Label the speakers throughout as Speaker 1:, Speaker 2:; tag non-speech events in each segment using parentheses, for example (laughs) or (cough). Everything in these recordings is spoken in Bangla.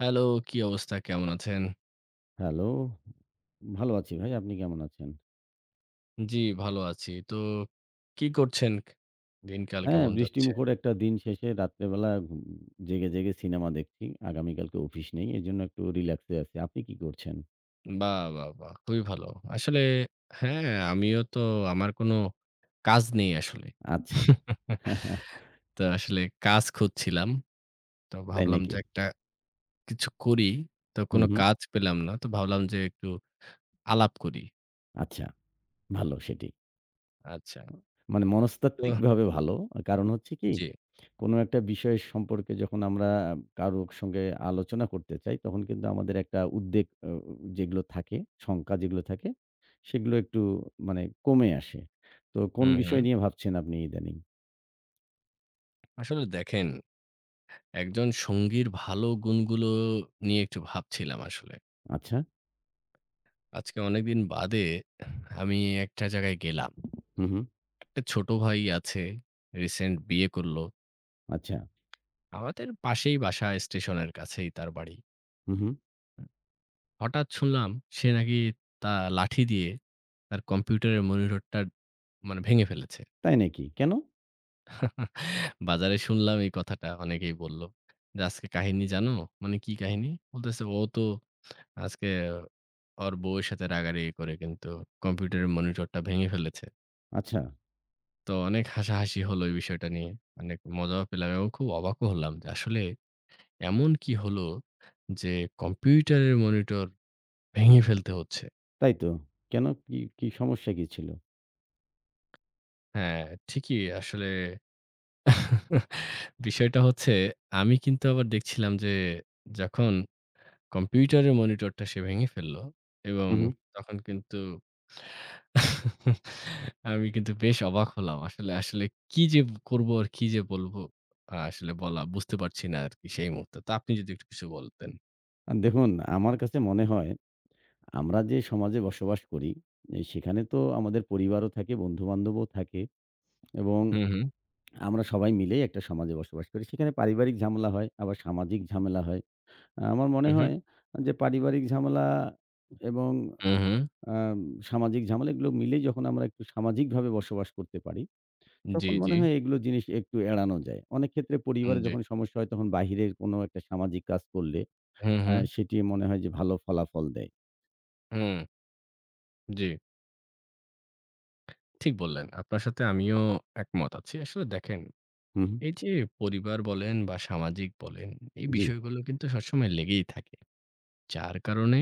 Speaker 1: হ্যালো, কি অবস্থা? কেমন আছেন?
Speaker 2: হ্যালো। ভালো আছি ভাই। আপনি কেমন আছেন?
Speaker 1: জি, ভালো আছি। তো কি করছেন? দিনকাল
Speaker 2: হ্যাঁ,
Speaker 1: কেমন যাচ্ছে?
Speaker 2: বৃষ্টিমুখর একটা দিন শেষে রাত্রেবেলা ঘুম জেগে, জেগে সিনেমা দেখছি। আগামীকালকে অফিস নেই। এজন্য একটু রিল্যাক্সে আছি। আপনি কি করছেন?
Speaker 1: বাহ! বাহ! বাহ! খুবই ভালো। আসলে হ্যাঁ, আমিও তো আমার কোনো কাজ নেই আসলে।
Speaker 2: আচ্ছা।
Speaker 1: (laughs)
Speaker 2: (laughs)
Speaker 1: তো আসলে কাজ খুঁজছিলাম। তো
Speaker 2: তাই
Speaker 1: ভাবলাম যে
Speaker 2: নাকি?
Speaker 1: একটা কিছু করি। তো
Speaker 2: হুম,
Speaker 1: কোনো
Speaker 2: হুম।
Speaker 1: কাজ পেলাম না। তো ভাবলাম যে একটু আলাপ করি।
Speaker 2: আচ্ছা, ভালো সেটি।
Speaker 1: আচ্ছা।
Speaker 2: মানে
Speaker 1: তো
Speaker 2: মনস্তাত্ত্বিকভাবে ভালো। কারণ হচ্ছে কি
Speaker 1: জি।
Speaker 2: কোনো একটা বিষয় সম্পর্কে যখন আমরা কারো সঙ্গে আলোচনা করতে চাই, তখন কিন্তু আমাদের একটা উদ্বেগ যেগুলো থাকে, শঙ্কা যেগুলো থাকে, সেগুলো একটু মানে কমে আসে। তো কোন
Speaker 1: হুম, হুম।
Speaker 2: বিষয় নিয়ে ভাবছেন আপনি ইদানিং?
Speaker 1: আসলে দেখেন, একজন সঙ্গীর ভালো গুণগুলো নিয়ে একটু ভাবছিলাম আসলে।
Speaker 2: আচ্ছা।
Speaker 1: আজকে অনেকদিন বাদে আমি একটা জায়গায় গেলাম।
Speaker 2: হু, হু।
Speaker 1: একটা ছোট ভাই আছে, রিসেন্ট বিয়ে করল।
Speaker 2: আচ্ছা।
Speaker 1: আমাদের পাশেই বাসা, স্টেশনের কাছেই তার বাড়ি।
Speaker 2: হু, হু।
Speaker 1: হঠাৎ শুনলাম সে নাকি তা লাঠি দিয়ে তার কম্পিউটারের মনিটরটা মানে ভেঙে ফেলেছে।
Speaker 2: তাই নাকি? কেন?
Speaker 1: বাজারে শুনলাম এই কথাটা অনেকেই বলল। যে আজকে কাহিনী জানো? মানে কি কাহিনী? বলতেছে ও তো আজকে ওর বউয়ের সাথে রাগারাগি করে কিন্তু কম্পিউটারের মনিটরটা ভেঙে ফেলেছে।
Speaker 2: আচ্ছা।
Speaker 1: তো অনেক হাসাহাসি হলো এই বিষয়টা নিয়ে। অনেক মজাও পেলাম এবং খুব অবাকও হলাম যে আসলে এমন কি হলো যে কম্পিউটারের মনিটর ভেঙে ফেলতে হচ্ছে।
Speaker 2: তাই তো। কেন? কি, কি সমস্যা কি ছিল?
Speaker 1: হ্যাঁ, ঠিকই আসলে (laughs) বিষয়টা হচ্ছে আমি কিন্তু আবার দেখছিলাম যে যখন কম্পিউটারের মনিটরটা সে ভেঙে ফেলল এবং
Speaker 2: হু, হু।
Speaker 1: তখন কিন্তু (laughs) আমি কিন্তু বেশ অবাক হলাম। আসলে কি যে করব আর কি যে বলব আসলে বলা বুঝতে পারছি না আরকি সেই মুহূর্তে। তো আপনি যদি একটু কিছু বলতেন।
Speaker 2: দেখুন আমার কাছে মনে হয় আমরা যে সমাজে বসবাস করি, সেখানে তো আমাদের পরিবারও থাকে, বন্ধু-বান্ধবও থাকে এবং
Speaker 1: হুম, হুম,
Speaker 2: আমরা সবাই মিলেই একটা সমাজে বসবাস করি। সেখানে পারিবারিক ঝামেলা হয়, আবার সামাজিক ঝামেলা হয়। আমার মনে
Speaker 1: হুম, হুম,
Speaker 2: হয় যে পারিবারিক ঝামেলা এবং
Speaker 1: হুম, হুম।
Speaker 2: আম সামাজিক ঝামেলা এগুলো মিলে যখন আমরা একটু সামাজিকভাবে বসবাস করতে পারি,
Speaker 1: জি,
Speaker 2: তখন
Speaker 1: জি,
Speaker 2: মনে হয় এগুলো জিনিস একটু এড়ানো যায়। অনেক ক্ষেত্রে
Speaker 1: হুম,
Speaker 2: পরিবারে
Speaker 1: জি।
Speaker 2: যখন সমস্যা হয় তখন বাহিরের কোনো একটা সামাজিক কাজ করলে
Speaker 1: হুম, হুম,
Speaker 2: সেটি মনে হয় যে ভালো ফলাফল দেয়।
Speaker 1: হুম, জি। ঠিক বললেন। আপনার সাথে আমিও একমত আছি। আসলে দেখেন,
Speaker 2: হু, হু।
Speaker 1: এই যে পরিবার বলেন বা সামাজিক বলেন, এই
Speaker 2: জি,
Speaker 1: বিষয়গুলো কিন্তু সবসময় লেগেই থাকে। যার কারণে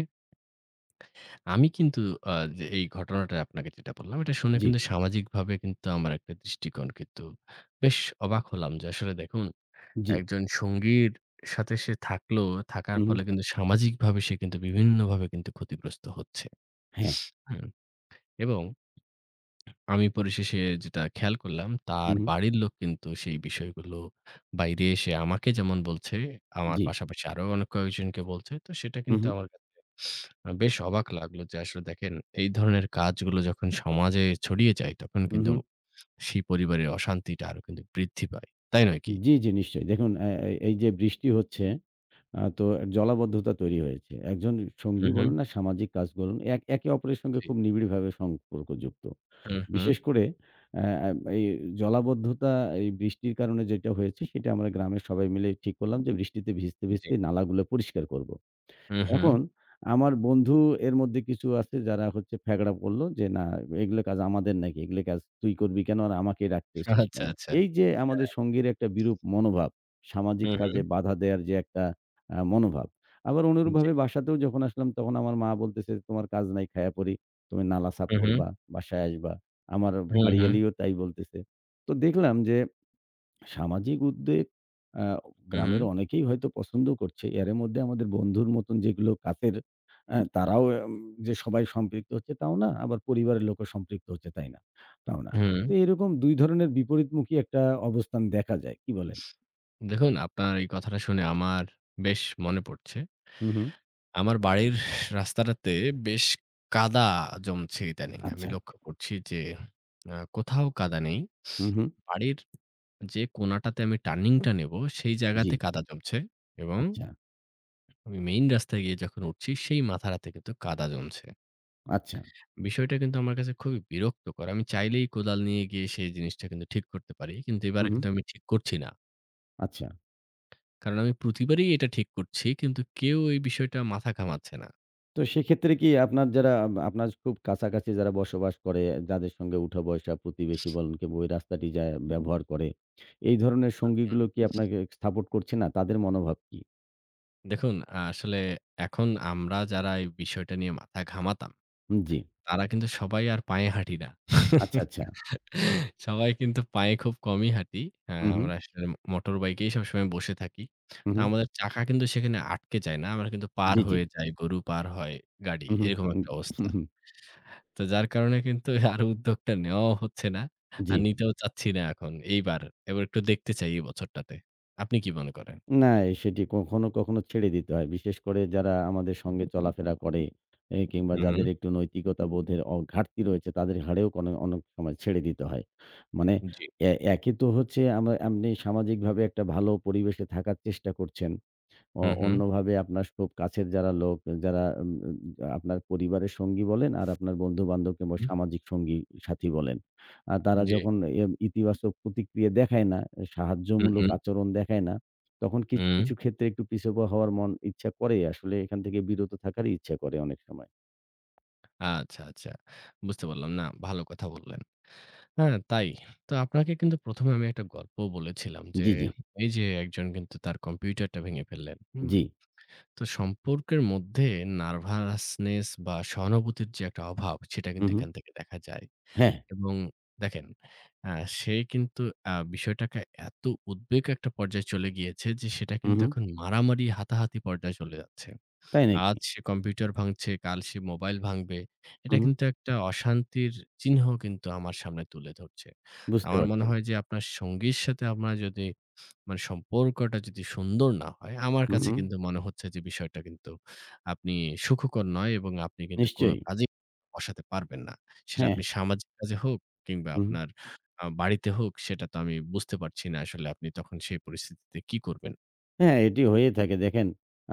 Speaker 1: আমি কিন্তু যে এই ঘটনাটা আপনাকে যেটা বললাম, এটা শুনে
Speaker 2: জি,
Speaker 1: কিন্তু সামাজিকভাবে কিন্তু আমার একটা দৃষ্টিকোণ কিন্তু বেশ অবাক হলাম যে আসলে দেখুন,
Speaker 2: জি।
Speaker 1: একজন সঙ্গীর সাথে সে থাকলো, থাকার
Speaker 2: হু, হু।
Speaker 1: ফলে কিন্তু সামাজিকভাবে সে কিন্তু বিভিন্নভাবে কিন্তু ক্ষতিগ্রস্ত হচ্ছে।
Speaker 2: হ্যাঁ।
Speaker 1: হুম, এবং আমি পরিশেষে যেটা খেয়াল করলাম,
Speaker 2: হু,
Speaker 1: তার
Speaker 2: হু।
Speaker 1: বাড়ির লোক কিন্তু সেই বিষয়গুলো বাইরে এসে আমাকে যেমন বলছে, আমার
Speaker 2: জি।
Speaker 1: পাশাপাশি আরো অনেক কয়েকজনকে বলছে। তো সেটা
Speaker 2: হু,
Speaker 1: কিন্তু
Speaker 2: হু।
Speaker 1: আমার কাছে বেশ অবাক লাগলো যে আসলে দেখেন এই ধরনের কাজগুলো যখন সমাজে ছড়িয়ে যায়, তখন
Speaker 2: হু,
Speaker 1: কিন্তু
Speaker 2: হু।
Speaker 1: সেই পরিবারের অশান্তিটা আরো কিন্তু বৃদ্ধি পায়। তাই নয় কি?
Speaker 2: জি, জি নিশ্চয়ই। দেখুন এই যে বৃষ্টি হচ্ছে তো এক জলাবদ্ধতা তৈরি হয়েছে। একজন
Speaker 1: হুম,
Speaker 2: সঙ্গী
Speaker 1: হুম।
Speaker 2: বলুন আর সামাজিক কাজ বলুন, একে অপরের সঙ্গে
Speaker 1: জি।
Speaker 2: খুব নিবিড়ভাবে সম্পর্কযুক্ত।
Speaker 1: হুম, হুম।
Speaker 2: বিশেষ করে অ্যা আ এই জলাবদ্ধতা এই বৃষ্টির কারণে যেটা হয়েছে সেটা আমরা গ্রামের সবাই মিলে ঠিক করলাম যে বৃষ্টিতে ভিজতে,
Speaker 1: জি।
Speaker 2: ভিজতে নালাগুলো পরিষ্কার করব।
Speaker 1: হুম, হুম।
Speaker 2: এখন আমার বন্ধু এর মধ্যে কিছু আছে যারা হচ্ছে ফ্যাকড়া পড়ল যে, "না এগুলো কাজ আমাদের নাকি? এগুলো কাজ তুই করবি কেন? আর আমাকে রাখতেছিস
Speaker 1: আচ্ছা,
Speaker 2: কেন?"
Speaker 1: আচ্ছা।
Speaker 2: এই যে আমাদের
Speaker 1: হ্যাঁ।
Speaker 2: সঙ্গীর একটা বিরূপ মনোভাব, সামাজিক
Speaker 1: হুম, হুম।
Speaker 2: কাজে বাধা দেয়ার যে একটা মনোভাব। আবার
Speaker 1: জি।
Speaker 2: অনুরূপভাবে বাসাতেও যখন আসলাম তখন আমার মা বলতেছে, "তোমার কাজ নাই খায়া পড়ি। তুমি নালা সাফ
Speaker 1: হুম, হুম।
Speaker 2: করবা, বাসায় আসবা।" আমার
Speaker 1: হুম,
Speaker 2: বাড়ি
Speaker 1: হুম।
Speaker 2: এলেও তাই বলতেছে। তো দেখলাম যে সামাজিক উদ্বেগ আ
Speaker 1: হুম, হুম।
Speaker 2: গ্রামের অনেকেই হয়তো পছন্দ করছে। এর মধ্যে আমাদের বন্ধুর মতন যেগুলো কাছের তারাও যে সবাই সম্পৃক্ত হচ্ছে তাও না, আবার পরিবারের লোকও সম্পৃক্ত হচ্ছে তাই না তাও না।
Speaker 1: হুম।
Speaker 2: তো এরকম ২ ধরনের বিপরীতমুখী একটা অবস্থান দেখা যায়। কি বলেন?
Speaker 1: দেখুন, আপনার এই কথাটা শুনে আমার বেশ মনে পড়ছে।
Speaker 2: হু, হু।
Speaker 1: আমার বাড়ির রাস্তাটাতে বেশ কাদা জমছে ইদানিং। আমি
Speaker 2: আচ্ছা।
Speaker 1: লক্ষ্য করছি যে কোথাও কাদা নেই।
Speaker 2: হু, হু।
Speaker 1: বাড়ির যে কোণাটাতে আমি টার্নিংটা নেব, সেই
Speaker 2: জি।
Speaker 1: জায়গাতে কাদা জমছে এবং
Speaker 2: আচ্ছা,
Speaker 1: আমি মেইন রাস্তায় গিয়ে যখন উঠছি, সেই মাথারাতে কিন্তু কাদা জমছে।
Speaker 2: আচ্ছা।
Speaker 1: বিষয়টা কিন্তু আমার কাছে খুবই বিরক্তকর। আমি চাইলেই কোদাল নিয়ে গিয়ে সেই জিনিসটা কিন্তু ঠিক করতে পারি। কিন্তু
Speaker 2: হু,
Speaker 1: এবারে
Speaker 2: হু।
Speaker 1: কিন্তু আমি ঠিক করছি না।
Speaker 2: আচ্ছা।
Speaker 1: কারণ আমি প্রতিবারই এটা ঠিক করছি কিন্তু কেউ এই বিষয়টা মাথা ঘামাচ্ছে না।
Speaker 2: তো সেক্ষেত্রে কি আপনার যারা আপনার খুব কাছাকাছি যারা বসবাস করে, যাদের সঙ্গে উঠা-বসা, প্রতিবেশী বলেন কিংবা ওই রাস্তাটি যা ব্যবহার করে, এই ধরনের সঙ্গীগুলো কি আপনাকে সাপোর্ট করছে না? তাদের মনোভাব কি?
Speaker 1: দেখুন আসলে এখন আমরা যারা এই বিষয়টা নিয়ে মাথা ঘামাতাম,
Speaker 2: হুম, জি।
Speaker 1: তারা কিন্তু সবাই আর পায়ে হাঁটি না।
Speaker 2: আচ্ছা, আচ্ছা।
Speaker 1: সবাই কিন্তু পায়ে খুব কমই হাঁটি।
Speaker 2: হু, হু,
Speaker 1: আমরা আসলে মোটর বাইকেই সবসময় বসে থাকি।
Speaker 2: হু,
Speaker 1: তো
Speaker 2: হু।
Speaker 1: আমাদের চাকা কিন্তু সেখানে আটকে যায় না। আমরা কিন্তু পার
Speaker 2: জি, জি।
Speaker 1: হয়ে যাই, গরু পার হয়, গাড়ি
Speaker 2: হু, হু,
Speaker 1: এরকম
Speaker 2: হু,
Speaker 1: একটা
Speaker 2: হু,
Speaker 1: অবস্থা।
Speaker 2: হু।
Speaker 1: তো যার কারণে কিন্তু (laughs) আর উদ্যোগটা নেওয়াও হচ্ছে না।
Speaker 2: জি।
Speaker 1: আর নিতেও চাচ্ছি না এখন এইবার। এবার একটু দেখতে চাই এই বছরটাতে। আপনি কি মনে করেন?
Speaker 2: না, সেটি কখনো, কখনো ছেড়ে দিতে হয়। বিশেষ করে যারা আমাদের সঙ্গে চলাফেরা করে কিংবা
Speaker 1: হু, হু।
Speaker 2: যাদের একটু নৈতিকতা বোধের ঘাটতি রয়েছে তাদের ঘাড়েও কোনো অনেক সময় ছেড়ে দিতে হয়। মানে
Speaker 1: জি।
Speaker 2: এ একে তো হচ্ছে আমরা আপনি সামাজিকভাবে একটা ভালো পরিবেশে থাকার চেষ্টা করছেন।
Speaker 1: হু, হু।
Speaker 2: অন্যভাবে আপনার খুব কাছের যারা লোক, যারা উম উম আপনার পরিবারের সঙ্গী বলেন আর আপনার বন্ধু-বান্ধব কিংবা
Speaker 1: হুম।
Speaker 2: সামাজিক সঙ্গী সাথী বলেন। তারা
Speaker 1: জি।
Speaker 2: যখন ইতিবাচক প্রতিক্রিয়া দেখায় না,
Speaker 1: হু, হু।
Speaker 2: সাহায্যমূলক আচরণ দেখায় না, তখন কিছু,
Speaker 1: হুম।
Speaker 2: কিছু ক্ষেত্রে একটু পিছপা হওয়ার মন ইচ্ছা করে। আসলে এখান থেকে বিরত থাকারই ইচ্ছা করে অনেক সময়।
Speaker 1: আচ্ছা, আচ্ছা। বুঝতে পারলাম। না, ভালো কথা বললেন। হ্যাঁ, তাই। তো আপনাকে কিন্তু ১ম এ আমি একটা গল্প বলেছিলাম যে,
Speaker 2: জি, জি,
Speaker 1: এই যে একজন কিন্তু তার কম্পিউটারটা ভেঙে ফেললেন। হুম?
Speaker 2: জি।
Speaker 1: তো সম্পর্কের মধ্যে নার্ভাসনেস বা সহানুভূতির যে একটা অভাব, সেটা
Speaker 2: হু,
Speaker 1: কিন্তু
Speaker 2: হু।
Speaker 1: এখান থেকে দেখা যায়।
Speaker 2: হ্যাঁ।
Speaker 1: এবং দেখেন আ সে কিন্তু বিষয়টাকে এত উদ্বেগ একটা পর্যায়ে চলে গিয়েছে যে সেটা
Speaker 2: হু,
Speaker 1: কিন্তু
Speaker 2: হু।
Speaker 1: এখন মারামারি হাতাহাতি পর্যায়ে চলে যাচ্ছে।
Speaker 2: তাই
Speaker 1: আজ
Speaker 2: নাকি?
Speaker 1: সে কম্পিউটার ভাঙছে, কাল সে মোবাইল ভাঙবে।
Speaker 2: হু,
Speaker 1: এটা
Speaker 2: হু।
Speaker 1: কিন্তু একটা অশান্তির চিহ্ন কিন্তু আমার সামনে তুলে ধরছে। তো
Speaker 2: বুঝতে
Speaker 1: আমার মনে
Speaker 2: পারছি।
Speaker 1: হয় যে আপনার সঙ্গীর সাথে আপনার যদি মানে সম্পর্কটা যদি সুন্দর না হয়, আমার
Speaker 2: হু,
Speaker 1: কাছে
Speaker 2: হু।
Speaker 1: কিন্তু মনে হচ্ছে যে বিষয়টা কিন্তু আপনি সুখকর নয় এবং আপনি কিন্তু কোনো
Speaker 2: নিশ্চয়ই।
Speaker 1: কাজেই বসাতে পারবেন না। সেটা
Speaker 2: হ্যাঁ।
Speaker 1: আপনি সামাজিক কাজে হোক কিংবা
Speaker 2: হু, হু।
Speaker 1: আপনার বাড়িতে হোক সেটা তো আমি বুঝতে পারছি না আসলে আপনি তখন সেই পরিস্থিতিতে কি করবেন?
Speaker 2: হ্যাঁ, এটি হয়ে থাকে। দেখেন,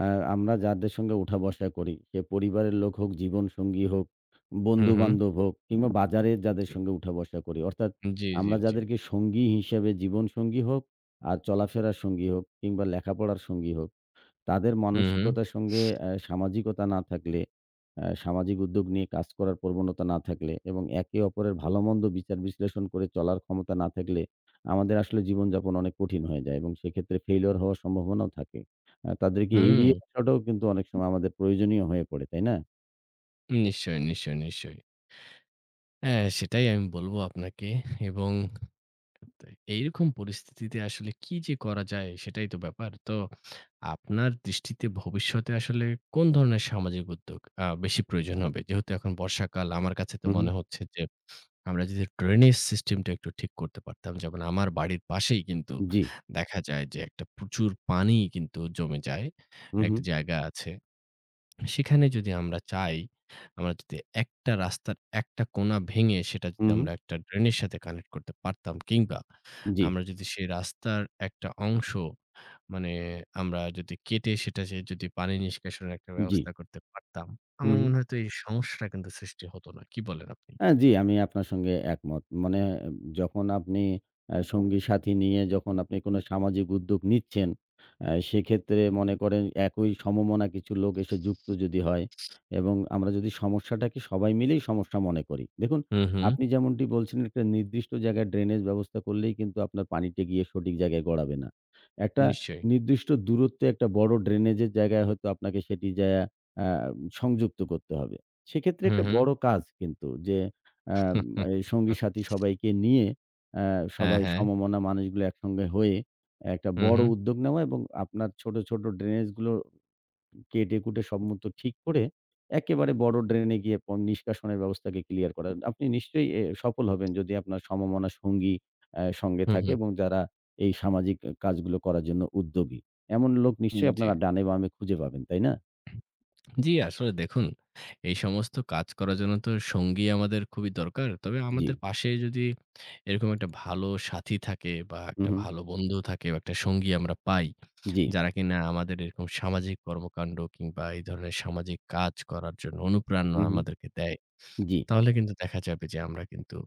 Speaker 2: আ আমরা যাদের সঙ্গে উঠা-বসা করি, সে পরিবারের লোক হোক, জীবনসঙ্গী হোক,
Speaker 1: হুম, হুম।
Speaker 2: বন্ধু-বান্ধব হোক কিংবা বাজারে যাদের
Speaker 1: জি,
Speaker 2: সঙ্গে উঠা-বসা করি। অর্থাৎ
Speaker 1: জি, জি,
Speaker 2: আমরা
Speaker 1: জি।
Speaker 2: যাদেরকে সঙ্গী হিসেবে জীবনসঙ্গী হোক আর চলাফেরার সঙ্গী হোক কিংবা লেখাপড়ার সঙ্গী হোক তাদের
Speaker 1: হুম, হুম,
Speaker 2: মানসিকতার সঙ্গে সামাজিকতা না থাকলে, সামাজিক উদ্যোগ নিয়ে কাজ করার প্রবণতা না থাকলে এবং একে অপরের ভালোমন্দ বিচার বিশ্লেষণ করে চলার ক্ষমতা না থাকলে, আমাদের আসলে জীবনযাপন অনেক কঠিন হয়ে যায় এবং সেক্ষেত্রে ফেইলিউর হওয়ার সম্ভাবনাও থাকে। তাদেরকে
Speaker 1: হুম।
Speaker 2: এড়িয়ে আসাটাও কিন্তু অনেক সময় আমাদের প্রয়োজনীয় হয়ে পড়ে, তাই না?
Speaker 1: নিশ্চয়ই, নিশ্চয়ই, নিশ্চয়ই। হ্যাঁ, সেটাই আমি বলব আপনাকে এবং তাই এইরকম পরিস্থিতিতে আসলে কি যে করা যায় সেটাই তো ব্যাপার। তো আপনার দৃষ্টিতে ভবিষ্যতে আসলে কোন ধরনের সামাজিক উদ্যোগ বেশি প্রয়োজন হবে? যেহেতু এখন বর্ষাকাল আমার কাছে তো
Speaker 2: হু, হু।
Speaker 1: মনে হচ্ছে যে আমরা যদি ড্রেনেজ সিস্টেমটা একটু ঠিক করতে পারতাম। যেমন আমার বাড়ির পাশেই কিন্তু
Speaker 2: জি।
Speaker 1: দেখা যায় যে একটা প্রচুর পানি কিন্তু জমে যায়।
Speaker 2: হু, হু।
Speaker 1: একটা জায়গা আছে। সেখানে যদি আমরা চাই, আমরা যদি একটা রাস্তার একটা কোনা ভেঙে সেটা
Speaker 2: হু,
Speaker 1: যদি
Speaker 2: হু।
Speaker 1: আমরা একটা ড্রেনের সাথে কানেক্ট করতে পারতাম কিংবা
Speaker 2: জি,
Speaker 1: আমরা যদি সেই রাস্তার একটা অংশ মানে আমরা যদি কেটে সেটা সে যদি পানি নিষ্কাশনের একটা
Speaker 2: জি।
Speaker 1: ব্যবস্থা করতে পারতাম,
Speaker 2: হু,
Speaker 1: আমার মনে
Speaker 2: হু।
Speaker 1: হয় তো এই সমস্যাটা কিন্তু সৃষ্টি হতো না। কি বলেন আপনি?
Speaker 2: হ্যাঁ, জি, আমি আপনার সঙ্গে একমত। মানে উম, যখন আপনি সঙ্গী-সাথী নিয়ে যখন আপনি কোনো সামাজিক উদ্যোগ নিচ্ছেন, সেক্ষেত্রে মনে করেন একই সমমনা কিছু লোক এসে যুক্ত যদি হয় এবং আমরা যদি সমস্যাটাকে সবাই মিলেই সমস্যা মনে করি। দেখুন,
Speaker 1: হুম, হুম।
Speaker 2: আপনি যেমনটি বলছিলেন একটা নির্দিষ্ট জায়গায় ড্রেনেজ ব্যবস্থা করলেই কিন্তু আপনার পানিটা গিয়ে সঠিক জায়গায় গড়াবে না। একটা
Speaker 1: নিশ্চয়ই।
Speaker 2: নির্দিষ্ট দূরত্বে একটা বড় ড্রেনেজের জায়গায় হয়তো আপনাকে সেটি যায়া আ সংযুক্ত করতে হবে। সেক্ষেত্রে
Speaker 1: হুম,
Speaker 2: একটা
Speaker 1: হুম।
Speaker 2: বড় কাজ কিন্তু যে আ এই
Speaker 1: (laughs)
Speaker 2: সঙ্গী-সাথী সবাইকে নিয়ে আ
Speaker 1: হ্যাঁ,
Speaker 2: সবাই
Speaker 1: হ্যাঁ।
Speaker 2: সমমনা মানুষগুলো একসঙ্গে হয়ে একটা
Speaker 1: হুম,
Speaker 2: বড়
Speaker 1: হুম।
Speaker 2: উদ্যোগ নেওয়া এবং আপনার ছোট, ছোট ড্রেনেজ গুলো কেটে-কুটে সম্মত ঠিক করে একেবারে বড় ড্রেনে গিয়ে নিষ্কাশনের ব্যবস্থাকে ক্লিয়ার করা। আপনি নিশ্চয়ই সফল হবেন যদি আপনার সমমনা সঙ্গী সঙ্গে
Speaker 1: হুম,
Speaker 2: থাকে
Speaker 1: হুম।
Speaker 2: এবং যারা এই সামাজিক কাজগুলো করার জন্য উদ্যোগী। এমন লোক নিশ্চয়ই
Speaker 1: জি।
Speaker 2: আপনারা ডানে বামে খুঁজে পাবেন, তাই না?
Speaker 1: জি, আসলে দেখুন, এই সমস্ত কাজ করার জন্য তো সঙ্গী আমাদের খুবই দরকার। তবে
Speaker 2: জি।
Speaker 1: আমাদের পাশে যদি এরকম একটা ভালো সাথী থাকে বা
Speaker 2: হু,
Speaker 1: একটা
Speaker 2: হু।
Speaker 1: ভালো বন্ধু থাকে বা একটা সঙ্গী আমরা পাই,
Speaker 2: জি।
Speaker 1: যারা কিনা আমাদের এরকম সামাজিক কর্মকাণ্ড কিংবা এই ধরনের সামাজিক কাজ করার জন্য অনুপ্রেরণা
Speaker 2: হু, হু।
Speaker 1: আমাদেরকে দেয়,
Speaker 2: জি।
Speaker 1: তাহলে কিন্তু দেখা যাবে যে আমরা কিন্তু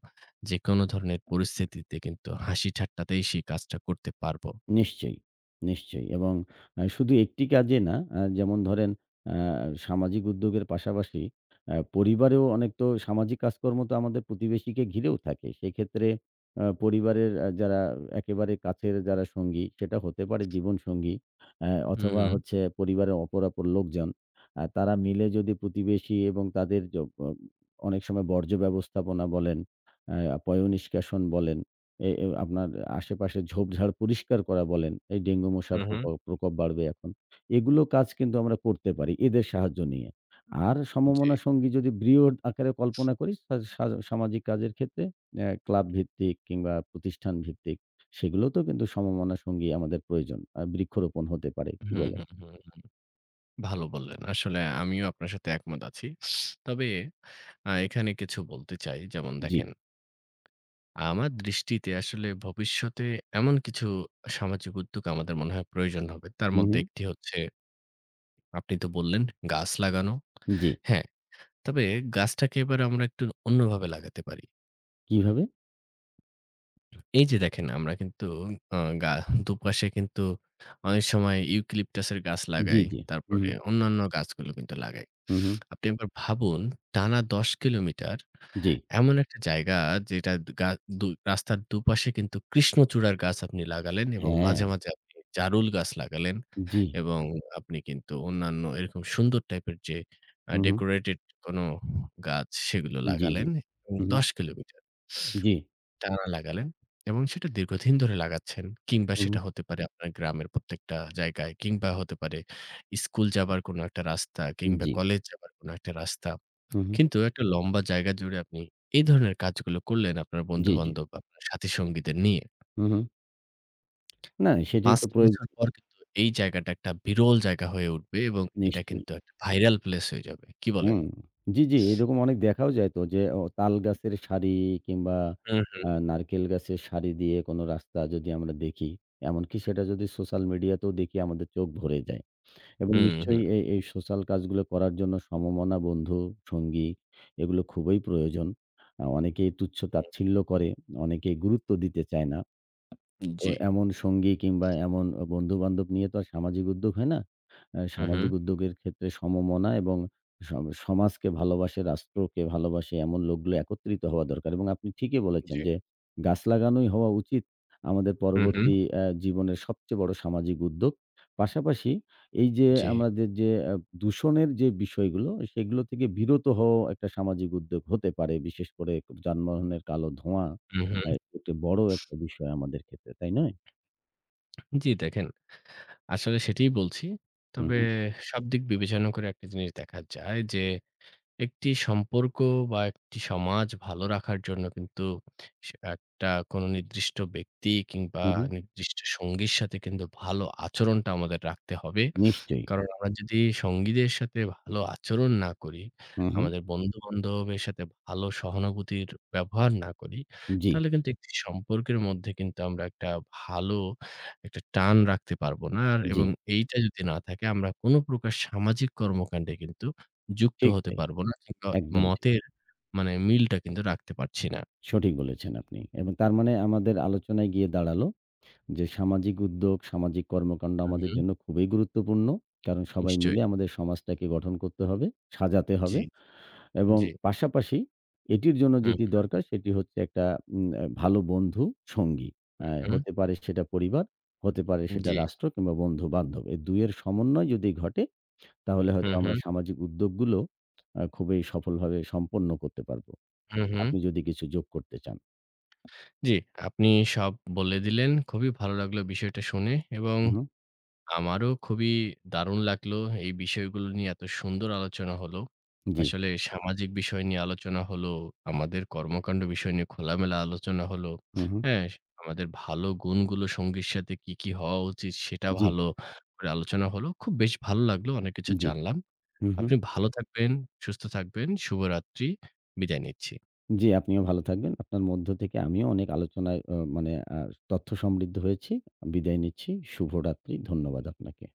Speaker 1: যেকোনো ধরনের পরিস্থিতিতে কিন্তু হাসি ঠাট্টাতেই সেই কাজটা করতে পারবো।
Speaker 2: নিশ্চয়ই, নিশ্চয়ই এবং শুধু একটি কাজে না, যেমন ধরেন আ সামাজিক উদ্যোগের পাশাপাশি পরিবারেও অনেক তো সামাজিক কাজকর্ম তো আমাদের প্রতিবেশীকে ঘিরেও থাকে। সেক্ষেত্রে পরিবারের যারা একেবারে কাছের যারা সঙ্গী, সেটা হতে পারে জীবনসঙ্গী
Speaker 1: হু,
Speaker 2: অথবা
Speaker 1: হু।
Speaker 2: হচ্ছে পরিবারের অপর, অপর লোকজন। তারা মিলে যদি প্রতিবেশী এবং তাদের য অ অনেক সময় বর্জ্য ব্যবস্থাপনা বলেন, পয়ঃনিষ্কাশন বলেন এ এ আপনার আশেপাশে ঝোপঝাড় পরিষ্কার করা বলেন, এই ডেঙ্গু
Speaker 1: হু,
Speaker 2: মশার
Speaker 1: হু।
Speaker 2: প্রকোপ বাড়বে এখন। এগুলো কাজ কিন্তু আমরা করতে পারি এদের সাহায্য নিয়ে। আর
Speaker 1: জি।
Speaker 2: সমমনা সঙ্গী যদি বৃহৎ আকারে কল্পনা করি সা সা সামাজিক কাজের ক্ষেত্রে ক্লাব ভিত্তিক কিংবা প্রতিষ্ঠান ভিত্তিক সেগুলোতেও কিন্তু সমমনা সঙ্গী আমাদের প্রয়োজন। বৃক্ষরোপণ হতে পারে। কি
Speaker 1: হু,
Speaker 2: বলেন?
Speaker 1: হু, হু। ভালো বললেন। আসলে আমিও আপনার সাথে একমত আছি। তবে এখানে কিছু বলতে চাই। যেমন
Speaker 2: জি।
Speaker 1: দেখেন, আমার দৃষ্টিতে আসলে ভবিষ্যতে এমন কিছু সামাজিক উদ্যোগ আমাদের মনে হয় প্রয়োজন হবে। তার
Speaker 2: হু,
Speaker 1: মধ্যে
Speaker 2: হু।
Speaker 1: একটি হচ্ছে আপনি তো বললেন গাছ লাগানো।
Speaker 2: জি।
Speaker 1: হ্যাঁ, তবে গাছটাকে এবার আমরা একটু অন্যভাবে লাগাতে পারি।
Speaker 2: কিভাবে?
Speaker 1: এই যে দেখেন আমরা কিন্তু আ গা দুপাশে কিন্তু অনেক সময় ইউক্যালিপটাসের গাছ
Speaker 2: জি,
Speaker 1: লাগাই।
Speaker 2: জি। হু,
Speaker 1: তারপরে
Speaker 2: হু।
Speaker 1: অন্যান্য গাছগুলো কিন্তু লাগাই।
Speaker 2: হু, হু।
Speaker 1: আপনি একবার ভাবুন টানা ১০ কিলোমিটার
Speaker 2: জি।
Speaker 1: এমন একটা জায়গা যেটা দু- গা দু রাস্তার দুপাশে কিন্তু কৃষ্ণচূড়ার গাছ আপনি লাগালেন এবং
Speaker 2: হ্যাঁ।
Speaker 1: মাঝে, মাঝে আপনি জারুল গাছ লাগালেন
Speaker 2: জি।
Speaker 1: এবং আপনি কিন্তু অন্যান্য এরকম সুন্দর টাইপের যে
Speaker 2: হু, হু।
Speaker 1: ডেকোরেটেড কোনো গাছ সেগুলো
Speaker 2: জি, জি।
Speaker 1: লাগালেন এবং
Speaker 2: হু, হু।
Speaker 1: ১০ কিলোমিটার।
Speaker 2: জি।
Speaker 1: টানা লাগালেন এবং সেটা দীর্ঘদিন ধরে লাগাচ্ছেন কিংবা
Speaker 2: হু, হু।
Speaker 1: সেটা হতে পারে আপনার গ্রামের প্রত্যেকটা জায়গায় কিংবা হতে পারে স্কুল যাবার কোনো একটা রাস্তা কিংবা
Speaker 2: জি।
Speaker 1: কলেজ যাবার কোনো একটা রাস্তা।
Speaker 2: হু, হু।
Speaker 1: কিন্তু একটা লম্বা জায়গা জুড়ে আপনি এই ধরনের কাজগুলো করলেন আপনার
Speaker 2: জি, জি।
Speaker 1: বন্ধু-বান্ধব, আপনার সাথী-সঙ্গীদের নিয়ে।
Speaker 2: হু, হু। না সেটি
Speaker 1: ৫
Speaker 2: তো
Speaker 1: টা বছর পর কিন্তু এই জায়গাটা একটা বিরল জায়গা হয়ে উঠবে এবং এটা
Speaker 2: নিশ্চয়ই।
Speaker 1: কিন্তু একটা ভাইরাল প্লেস হয়ে যাবে। কি বলেন?
Speaker 2: হুম। জি, জি। এরকম অনেক দেখাও যায় তো যে তাল গাছের সারি কিংবা
Speaker 1: হুম, হুম,
Speaker 2: নারকেল গাছের সারি দিয়ে কোনো রাস্তা যদি আমরা দেখি, এমনকি সেটা যদি সোশ্যাল মিডিয়াতেও দেখি আমাদের চোখ ভরে যায়। এবং
Speaker 1: হুম, হুম,
Speaker 2: নিশ্চয়ই
Speaker 1: হুম।
Speaker 2: এই সোশ্যাল কাজগুলো করার জন্য সমমনা বন্ধু, সঙ্গী এগুলো খুবই প্রয়োজন। অনেকেই তুচ্ছ-তাচ্ছিল্য করে, অনেকেই গুরুত্ব দিতে চায় না। তো
Speaker 1: জি।
Speaker 2: এমন সঙ্গী কিংবা এমন বন্ধু-বান্ধব নিয়ে তো আর সামাজিক উদ্যোগ হয় না।
Speaker 1: হু, হু।
Speaker 2: সামাজিক উদ্যোগের ক্ষেত্রে সমমনা এবং স সমাজকে ভালোবাসে, রাষ্ট্রকে ভালোবাসে এমন লোকগুলো একত্রিত হওয়া দরকার এবং আপনি ঠিকই বলেছেন
Speaker 1: জি।
Speaker 2: যে গাছ লাগানোই হওয়া উচিত আমাদের
Speaker 1: হু, হু।
Speaker 2: পরবর্তী জীবনের সবচেয়ে বড় সামাজিক উদ্যোগ। পাশাপাশি এই যে
Speaker 1: জি।
Speaker 2: আমাদের যে দূষণের যে বিষয়গুলো, সেগুলো থেকে বিরত হওয়াও একটা সামাজিক উদ্যোগ হতে পারে। বিশেষ করে যানবাহনের কালো ধোঁয়া
Speaker 1: হু, হু।
Speaker 2: আ একটি বড় একটা বিষয় আমাদের ক্ষেত্রে, তাই নয়?
Speaker 1: জি দেখেন আসলে সেটিই বলছি।
Speaker 2: হু,
Speaker 1: তবে
Speaker 2: হু,
Speaker 1: সব দিক বিবেচনা করে একটা জিনিস দেখা যায় যে, একটি সম্পর্ক বা একটি সমাজ ভালো রাখার জন্য কিন্তু একটা কোনো নির্দিষ্ট ব্যক্তি কিংবা
Speaker 2: হু, হু।
Speaker 1: নির্দিষ্ট সঙ্গীর সাথে কিন্তু ভালো আচরণটা আমাদের রাখতে হবে।
Speaker 2: নিশ্চয়ই।
Speaker 1: কারণ আমরা যদি সঙ্গীদের সাথে ভালো আচরণ না করি,
Speaker 2: হু, হু।
Speaker 1: আমাদের বন্ধু-বান্ধবের সাথে ভালো সহানুভূতির ব্যবহার না করি,
Speaker 2: জি,
Speaker 1: তাহলে কিন্তু একটি সম্পর্কের মধ্যে কিন্তু আমরা একটা ভালো একটা টান রাখতে পারব না। আর
Speaker 2: জি।
Speaker 1: এবং এইটা যদি না থাকে আমরা কোনো প্রকার সামাজিক কর্মকাণ্ডে কিন্তু যুক্ত
Speaker 2: ঠিক
Speaker 1: হতে
Speaker 2: তাই।
Speaker 1: পারবো না কিংবা
Speaker 2: একদম ঠিক।
Speaker 1: মতের মানে মিলটা কিন্তু রাখতে পারছি না।
Speaker 2: সঠিক বলেছেন আপনি। এবং তার মানে আমাদের আলোচনায় গিয়ে দাঁড়ালো যে সামাজিক উদ্যোগ, সামাজিক কর্মকাণ্ড
Speaker 1: হুম,
Speaker 2: আমাদের
Speaker 1: হুম,
Speaker 2: জন্য খুবই গুরুত্বপূর্ণ। কারণ সবাই
Speaker 1: নিশ্চয়ই।
Speaker 2: মিলে আমাদের সমাজটাকে গঠন করতে হবে, সাজাতে
Speaker 1: জি,
Speaker 2: হবে এবং
Speaker 1: জি।
Speaker 2: পাশাপাশি এটির জন্য
Speaker 1: হুম,
Speaker 2: যেটি দরকার সেটি হচ্ছে একটা উম আ ভালো বন্ধু, সঙ্গী।
Speaker 1: হুম,
Speaker 2: হতে পারে সেটা পরিবার, হতে পারে সেটা
Speaker 1: জি।
Speaker 2: রাষ্ট্র কিংবা বন্ধু-বান্ধব। এই ২ এর সমন্বয় যদি ঘটে তাহলে হয়তো
Speaker 1: হুম,
Speaker 2: আমরা
Speaker 1: হুম,
Speaker 2: সামাজিক উদ্যোগগুলো খুবই সফলভাবে সম্পন্ন করতে পারব।
Speaker 1: হুম, হুম।
Speaker 2: আপনি যদি কিছু যোগ করতে চান।
Speaker 1: জি, আপনি সব বলে দিলেন। খুবই ভালো লাগলো বিষয়টা শুনে এবং
Speaker 2: হু, হু।
Speaker 1: আমারও খুবই দারুণ লাগলো এই বিষয়গুলো নিয়ে এত সুন্দর আলোচনা হলো।
Speaker 2: জি।
Speaker 1: আসলে সামাজিক বিষয় নিয়ে আলোচনা হলো, আমাদের কর্মকাণ্ড বিষয় নিয়ে খোলামেলা আলোচনা হলো।
Speaker 2: হু, হু।
Speaker 1: হ্যাঁ, আমাদের ভালো গুণগুলো সঙ্গীর সাথে কি, কি হওয়া উচিত সেটা
Speaker 2: জি,
Speaker 1: ভালো করে আলোচনা হলো। খুব বেশ ভালো লাগলো। অনেক কিছু
Speaker 2: জি।
Speaker 1: জানলাম।
Speaker 2: হু, হু।
Speaker 1: আপনি ভালো থাকবেন, সুস্থ থাকবেন। শুভরাত্রি। বিদায় নিচ্ছি।
Speaker 2: জি, আপনিও ভালো থাকবেন। আপনার মধ্য থেকে আমিও অনেক আলোচনায় মানে আ তথ্য সমৃদ্ধ হয়েছি। বিদায় নিচ্ছি। শুভরাত্রি। ধন্যবাদ আপনাকে।